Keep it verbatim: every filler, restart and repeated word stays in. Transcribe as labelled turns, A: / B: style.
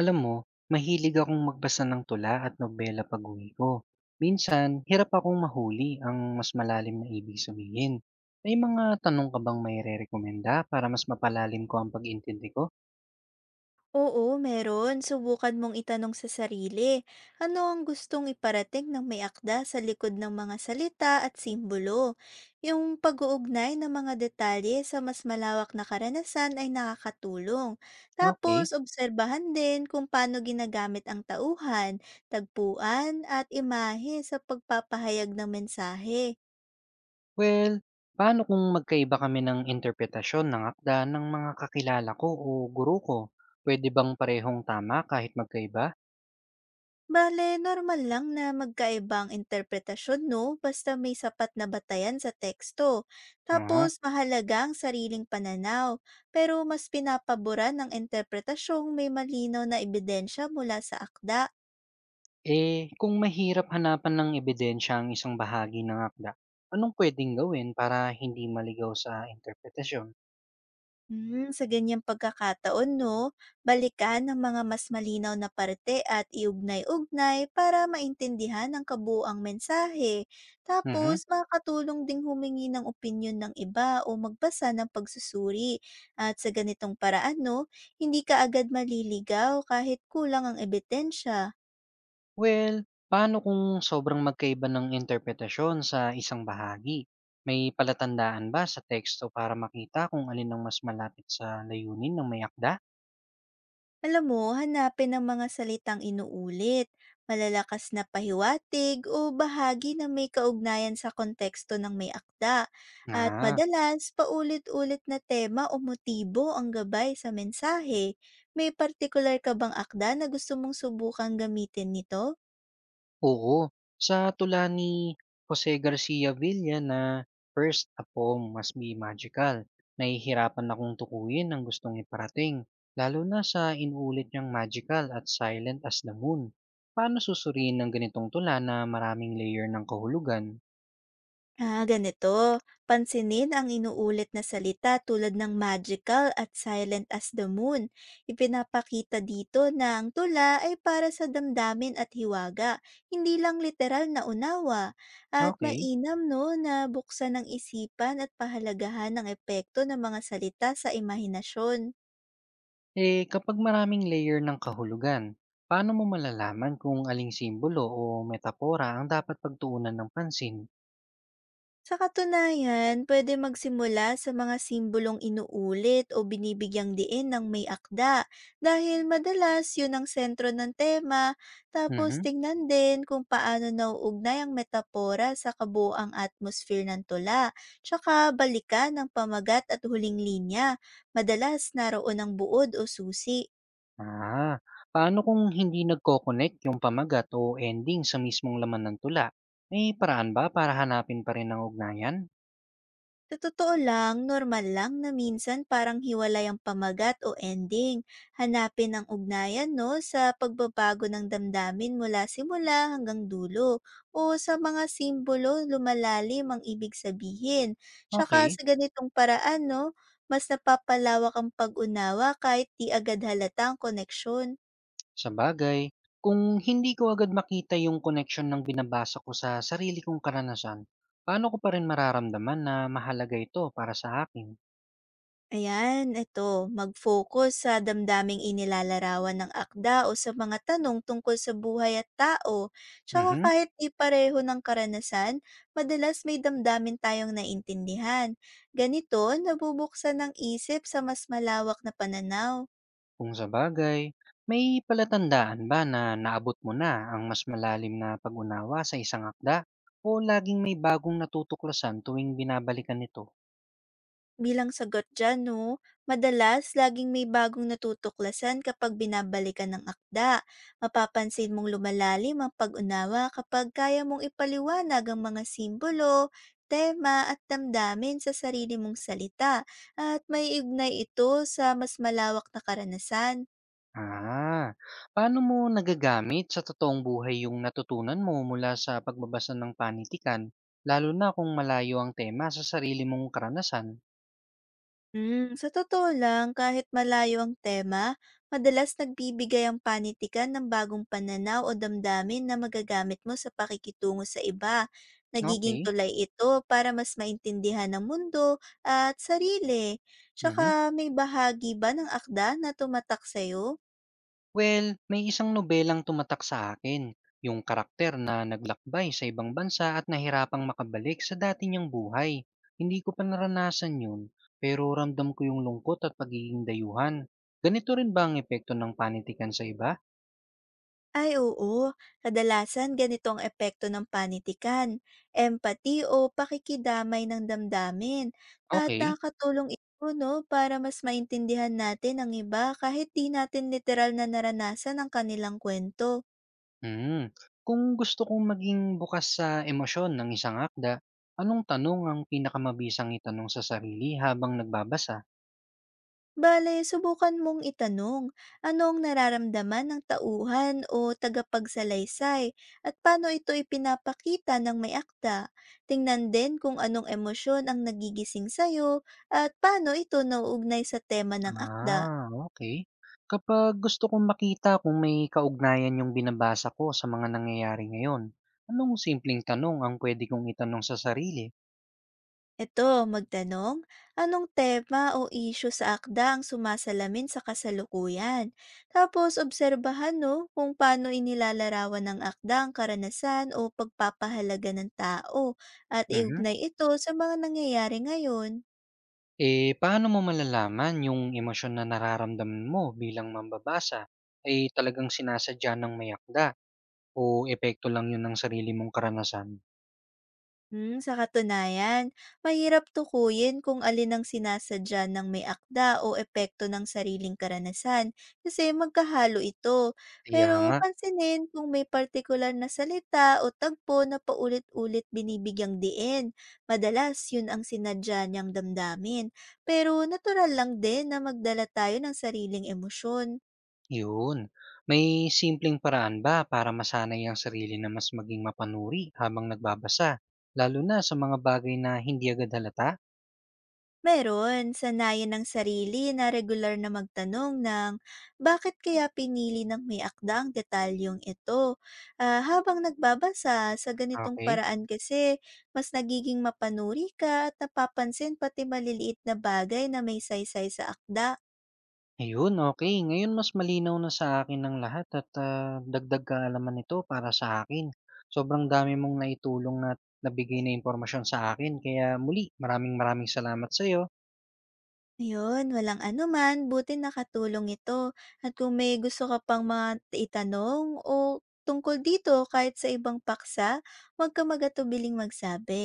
A: Alam mo, mahilig akong magbasa ng tula at nobela pag-uwi ko. Minsan, hirap akong mahuli ang mas malalim na ibig sabihin. May mga tanong ka bang may rerekomenda para mas mapalalim ko ang pag-intindi ko?
B: Oo, meron. Subukan mong itanong sa sarili, ano ang gustong iparating ng may akda sa likod ng mga salita at simbolo? Yung pag-uugnay ng mga detalye sa mas malawak na karanasan ay nakakatulong. Tapos,
A: Okay.
B: obserbahan din kung paano ginagamit ang tauhan, tagpuan, at imahe sa pagpapahayag ng mensahe.
A: Well, paano kung magkaiba kami ng interpretasyon ng akda ng mga kakilala ko o guru ko? Pwede bang parehong tama kahit magkaiba?
B: Bale, normal lang na magkaiba ang interpretasyon, no? Basta may sapat na batayan sa teksto.
A: Oo.
B: Tapos, mahalaga ang sariling pananaw. Pero mas pinapabura ng interpretasyong may malinaw na ebidensya mula sa akda.
A: Eh, kung mahirap hanapan ng ebidensya ang isang bahagi ng akda, anong puwedeng gawin para hindi maligaw sa interpretasyon?
B: Hmm, sa ganyang pagkakataon 'no, balikan ang mga mas malinaw na parte at iugnay-ugnay para maintindihan ang kabuuang mensahe. Tapos
A: Mhm.
B: makatulong ding humingi ng opinyon ng iba o magbasa ng pagsusuri. At sa ganitong paraan 'no, hindi ka agad maliligaw kahit kulang ang ebidensya.
A: Well, paano kung sobrang magkaiba ng interpretasyon sa isang bahagi? May palatandaan ba sa teksto para makita kung alin ang mas malapit sa layunin ng may akda?
B: Alam mo, hanapin ang mga salitang inuulit, malalakas na pahiwatig o bahagi na may kaugnayan sa konteksto ng may akda. At
A: Ah,
B: madalas, paulit-ulit na tema o motibo ang gabay sa mensahe. May partikular ka bang akda na gusto mong subukan gamitin nito?
A: oo, sa tula ni Jose Garcia Villa na "First a Poem Must Be Magical," nahihirapan akong tukuyin ang gustong iparating, lalo na sa inuulit niyang magical at silent as the moon. Paano susuriin ng ganitong tula na maraming layer ng kahulugan?
B: Ah, ganito. Pansinin ang inuulit na salita tulad ng magical at silent as the moon. Ipinapakita dito na ang tula ay para sa damdamin at hiwaga, hindi lang literal na unawa. At
A: Okay,
B: mainam no na buksan ang isipan at pahalagahan ng epekto ng mga salita sa imahinasyon.
A: eh kapag maraming layer ng kahulugan, paano mo malalaman kung aling simbolo o metapora ang dapat pagtuunan ng pansin?
B: Sa katunayan, pwede magsimula sa mga simbolong inuulit o binibigyang diin ng may akda dahil madalas yun ang sentro ng tema. Tapos
A: Mhm.
B: tingnan din kung paano nauugnay ang metapora sa kabuoang atmosphere ng tula, tsaka balikan ng pamagat at huling linya. Madalas naroon ang buod o susi.
A: Ah, paano kung hindi nagko-connect yung pamagat o ending sa mismong laman ng tula? May paraan ba para hanapin pa rin ang ugnayan?
B: Sa totoo lang, normal lang na minsan parang hiwalay ang pamagat o ending. Hanapin ang ugnayan no sa pagbabago ng damdamin mula simula hanggang dulo o sa mga simbolo lumalalim ang ibig sabihin. Tsaka
A: Okay,
B: sa ganitong paraan no, mas napapalawak ang pag-unawa kahit di agad halata ang koneksyon.
A: sa bagay. Kung hindi ko agad makita yung connection ng binabasa ko sa sarili kong karanasan, paano ko pa rin mararamdaman na mahalaga ito para sa akin?
B: Ayan, ito, mag-focus sa damdaming inilalarawan ng akda o sa mga tanong tungkol sa buhay at tao. Tsaka
A: Mhm.
B: kahit di pareho ng karanasan, madalas may damdamin tayong naintindihan. Ganito, nabubuksan ng isip sa mas malawak na pananaw.
A: Kung sa bagay, may palatandaan ba na naabot mo na ang mas malalim na pag-unawa sa isang akda? O laging may bagong natutuklasan tuwing binabalikan ito?
B: Bilang sagot dyan 'no, madalas laging may bagong natutuklasan kapag binabalikan ng akda. Mapapansin mong lumalalim ang pag-unawa kapag kaya mong ipaliwanag ang mga simbolo, tema at damdamin sa sarili mong salita at may maiignay ito sa mas malawak na karanasan.
A: Ah, paano mo nagagamit sa totoong buhay yung natutunan mo mula sa pagbabasa ng panitikan, lalo na kung malayo ang tema sa sarili mong karanasan?
B: Hmm, sa totoo lang, kahit malayo ang tema, madalas nagbibigay ang panitikan ng bagong pananaw o damdamin na magagamit mo sa pakikitungo sa iba. Nagiging
A: Okay.
B: tulay ito para mas maintindihan ng mundo at sarili. Tsaka
A: Mhm.
B: may bahagi ba ng akda na tumatak sa'yo?
A: Well, may isang nobelang tumatak sa akin, yung karakter na naglakbay sa ibang bansa at nahirapang makabalik sa dati niyang buhay. Hindi ko pa naranasan yun, pero ramdam ko yung lungkot at pagiging dayuhan. Ganito rin ba ang epekto ng panitikan sa iba?
B: Ay oo, kadalasan ganito ang epekto ng panitikan, empathy o pakikidamay ng damdamin. At
A: Okay.
B: nakakatulong ito no, para mas maintindihan natin ang iba kahit di natin literal na naranasan ang kanilang kwento.
A: Hmm, kung gusto kong maging bukas sa emosyon ng isang akda, anong tanong ang pinakamabisang itanong sa sarili habang nagbabasa?
B: Bale, subukan mong itanong, ano ang nararamdaman ng tauhan o tagapagsalaysay at paano ito ipinapakita ng may akda. Tingnan din kung anong emosyon ang nagigising sa'yo at paano ito nauugnay sa tema ng akda.
A: Ah, okay. Kapag gusto kong makita kung may kaugnayan yung binabasa ko sa mga nangyayari ngayon, anong simpleng tanong ang puwede kong itanong sa sarili?
B: Eto, magtanong, anong tema o issue sa akda ang sumasalamin sa kasalukuyan? Tapos, obserbahan no, kung paano inilalarawan ng akda ang karanasan o pagpapahalaga ng tao at
A: Mhm.
B: iugnay ito sa mga nangyayari ngayon.
A: Eh, paano mo malalaman yung emosyon na nararamdaman mo bilang mambabasa ay talagang sinasadya ng may akda o epekto lang yun ng sarili mong karanasan?
B: Hmm, sa katunayan, mahirap tukuyin kung alin ang sinasadya ng may akda o epekto ng sariling karanasan kasi magkahalo ito.
A: Kaya
B: Pero
A: nga,
B: pansinin kung may partikular na salita o tagpo na paulit-ulit binibigyang diin. Madalas yun ang sinadya niyang damdamin. Pero natural lang din na magdala tayo ng sariling emosyon.
A: yun. May simpleng paraan ba para masanay ang sarili na mas maging mapanuri habang nagbabasa? Lalo na sa mga bagay na hindi agad halata?
B: Meron, sanayan ng sarili na regular na magtanong ng bakit kaya pinili ng may akda ang detalyong ito. Ah, habang nagbabasa, sa ganitong
A: Okay.
B: paraan kasi mas nagiging mapanuri ka at napapansin pati maliliit na bagay na may saysay sa akda.
A: Ayun, okay. Ngayon mas malinaw na sa akin ng lahat at ah, dagdag kaalaman nito para sa akin. Sobrang dami mong naitulong at nabigay na impormasyon sa akin. Kaya muli, maraming maraming salamat sa iyo.
B: Ayun, walang anuman, buti nakatulong ito. At kung may gusto ka pang mga itanong o tungkol dito kahit sa ibang paksa, huwag ka magatubiling magsabi.